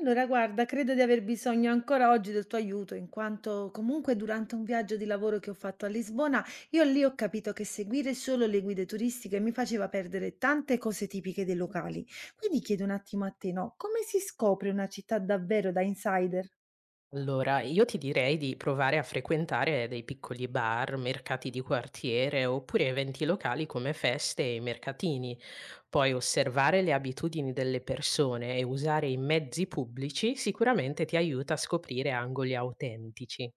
Allora, guarda, credo di aver bisogno ancora oggi del tuo aiuto, in quanto comunque durante un viaggio di lavoro che ho fatto a Lisbona, io lì ho capito che seguire solo le guide turistiche mi faceva perdere tante cose tipiche dei locali. Quindi chiedo un attimo a te, no, come si scopre una città davvero da insider? Allora, io ti direi di provare a frequentare dei piccoli bar, mercati di quartiere oppure eventi locali come feste e mercatini. Poi osservare le abitudini delle persone e usare i mezzi pubblici sicuramente ti aiuta a scoprire angoli autentici.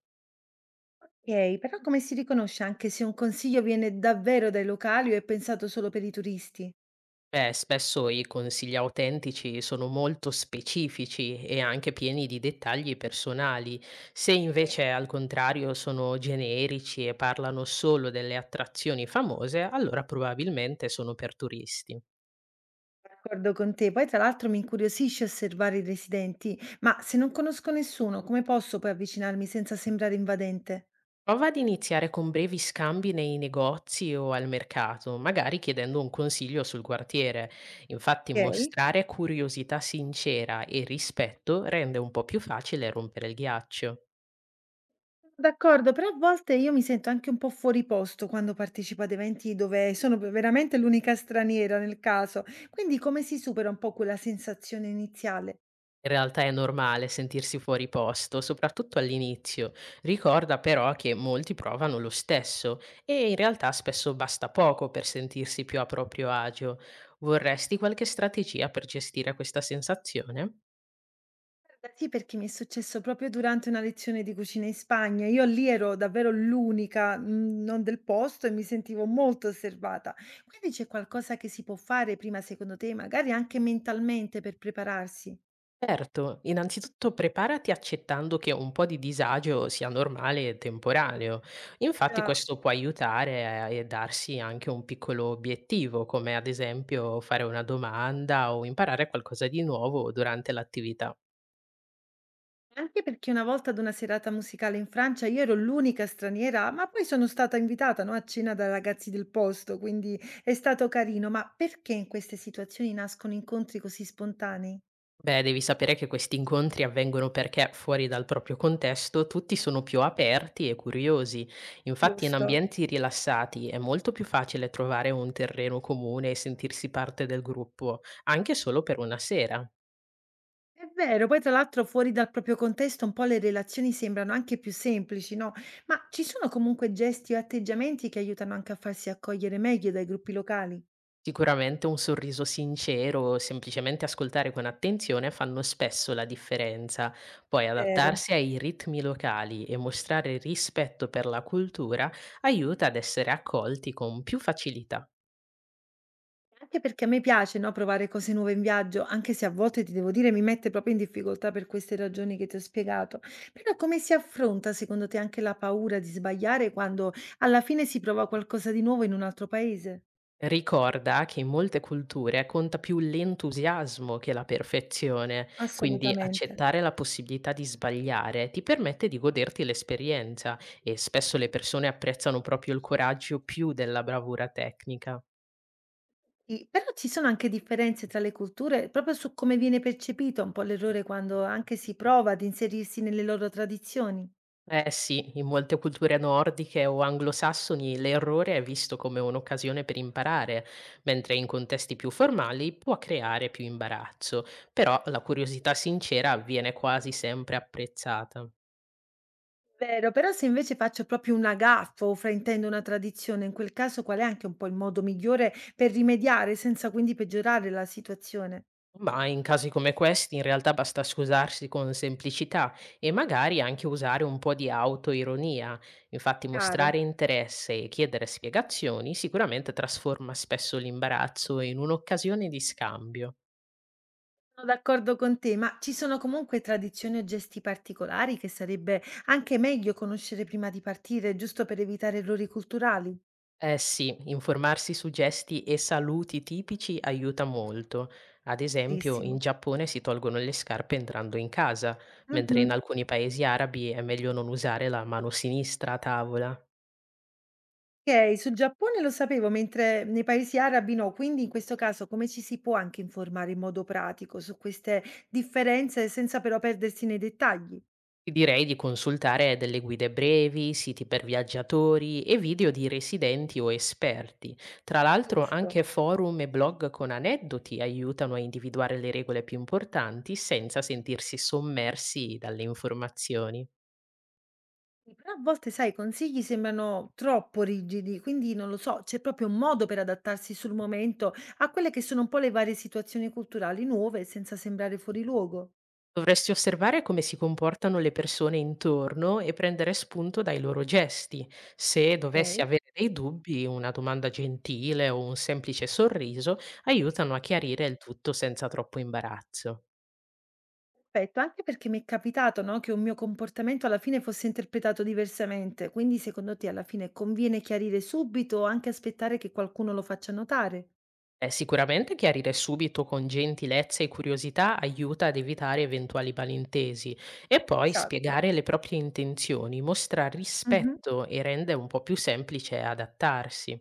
Ok, però come si riconosce anche se un consiglio viene davvero dai locali o è pensato solo per i turisti? Beh, spesso i consigli autentici sono molto specifici e anche pieni di dettagli personali. Se Sì. invece al contrario sono generici e parlano solo delle attrazioni famose, allora probabilmente sono per turisti. D'accordo con te. Poi tra l'altro mi incuriosisce osservare i residenti, ma se non conosco nessuno, come posso poi avvicinarmi senza sembrare invadente? Prova ad iniziare con brevi scambi nei negozi o al mercato, magari chiedendo un consiglio sul quartiere. Infatti, Ok, mostrare curiosità sincera e rispetto rende un po' più facile rompere il ghiaccio. d'accordo, però a volte io mi sento anche un po' fuori posto quando partecipo ad eventi dove sono veramente l'unica straniera nel caso. Quindi come si supera un po' quella sensazione iniziale? In realtà è normale sentirsi fuori posto, soprattutto all'inizio. Ricorda però che molti provano lo stesso e in realtà spesso basta poco per sentirsi più a proprio agio. Vorresti qualche strategia per gestire questa sensazione? Sì, perché mi è successo proprio durante una lezione di cucina in Spagna. Io lì ero davvero l'unica, non del posto, e mi sentivo molto osservata. Quindi c'è qualcosa che si può fare prima, secondo te, magari anche mentalmente per prepararsi? Certo, innanzitutto preparati accettando che un po' di disagio sia normale e temporaneo. Infatti Già, questo può aiutare a e darsi anche un piccolo obiettivo, come ad esempio fare una domanda o imparare qualcosa di nuovo durante l'attività. anche perché una volta ad una serata musicale in Francia io ero l'unica straniera, ma poi sono stata invitata, no, a cena da ragazzi del posto, quindi è stato carino. Ma perché in queste situazioni nascono incontri così spontanei? Beh, devi sapere che questi incontri avvengono perché fuori dal proprio contesto tutti sono più aperti e curiosi. Infatti, in Giusto. ambienti rilassati è molto più facile trovare un terreno comune e sentirsi parte del gruppo, anche solo per una sera. È vero, poi tra l'altro fuori dal proprio contesto un po' le relazioni sembrano anche più semplici, no? Ma ci sono comunque gesti o atteggiamenti che aiutano anche a farsi accogliere meglio dai gruppi locali? Sicuramente un sorriso sincero o semplicemente ascoltare con attenzione fanno spesso la differenza. Poi Vero. adattarsi ai ritmi locali e mostrare rispetto per la cultura aiuta ad essere accolti con più facilità. Anche perché a me piace, no, provare cose nuove in viaggio, anche se a volte ti devo dire mi mette proprio in difficoltà per queste ragioni che ti ho spiegato. Però come si affronta secondo te anche la paura di sbagliare quando alla fine si prova qualcosa di nuovo in un altro paese? Ricorda che in molte culture conta più l'entusiasmo che la perfezione, quindi Assolutamente. accettare la possibilità di sbagliare ti permette di goderti l'esperienza e spesso le persone apprezzano proprio il coraggio più della bravura tecnica. Sì, però ci sono anche differenze tra le culture, proprio su come viene percepito un po' l'errore quando anche si prova ad inserirsi nelle loro tradizioni. Eh sì, in molte culture nordiche o anglosassoni l'errore è visto come un'occasione per imparare, mentre in contesti più formali può creare più imbarazzo, però la curiosità sincera viene quasi sempre apprezzata. Vero, però se invece faccio proprio una gaffa o fraintendo una tradizione, in quel caso qual è anche un po' il modo migliore per rimediare senza quindi peggiorare la situazione? Ma in casi come questi in realtà basta scusarsi con semplicità e magari anche usare un po' di autoironia. Infatti Chiaro. mostrare interesse e chiedere spiegazioni sicuramente trasforma spesso l'imbarazzo in un'occasione di scambio. Sono d'accordo con te, ma ci sono comunque tradizioni o gesti particolari che sarebbe anche meglio conoscere prima di partire, giusto per evitare errori culturali? Eh sì, informarsi su gesti e saluti tipici aiuta molto. Ad esempio, in Verissimo. Giappone si tolgono le scarpe entrando in casa, mentre in Mhm. alcuni paesi arabi è meglio non usare la mano sinistra a tavola. Okay, sul Giappone lo sapevo, mentre nei paesi arabi no, quindi in questo caso come ci si può anche informare in modo pratico su queste differenze senza però perdersi nei dettagli? Ti direi di consultare delle guide brevi, siti per viaggiatori e video di residenti o esperti. Tra l'altro Giusto. anche forum e blog con aneddoti aiutano a individuare le regole più importanti senza sentirsi sommersi dalle informazioni. Però a volte, sai, i consigli sembrano troppo rigidi, quindi non lo so, c'è proprio un modo per adattarsi sul momento a quelle che sono un po' le varie situazioni culturali nuove senza sembrare fuori luogo? Dovresti osservare come si comportano le persone intorno e prendere spunto dai loro gesti. Se dovessi Ok. avere dei dubbi, una domanda gentile o un semplice sorriso aiutano a chiarire il tutto senza troppo imbarazzo. Perfetto, anche perché mi è capitato, no, che un mio comportamento alla fine fosse interpretato diversamente, quindi secondo te alla fine conviene chiarire subito o anche aspettare che qualcuno lo faccia notare? Beh, sicuramente chiarire subito con gentilezza e curiosità aiuta ad evitare eventuali malintesi e poi Esatto. spiegare le proprie intenzioni mostra Mhm. rispetto e rende un po' più semplice adattarsi.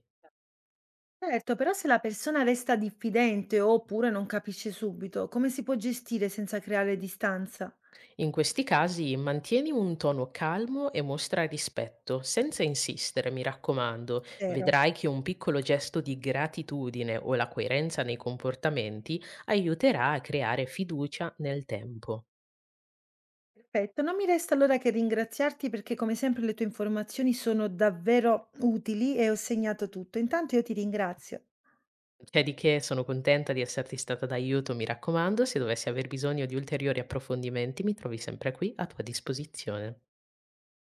Certo, però se la persona resta diffidente oppure non capisce subito, come si può gestire senza creare distanza? In questi casi mantieni un tono calmo e mostra rispetto, senza insistere, mi raccomando. Vero. Vedrai che un piccolo gesto di gratitudine o la coerenza nei comportamenti aiuterà a creare fiducia nel tempo. Perfetto, non mi resta allora che ringraziarti perché come sempre le tue informazioni sono davvero utili e ho segnato tutto. Intanto io ti ringrazio. C'è di che, sono contenta di esserti stata d'aiuto, mi raccomando, se dovessi aver bisogno di ulteriori approfondimenti mi trovi sempre qui a tua disposizione.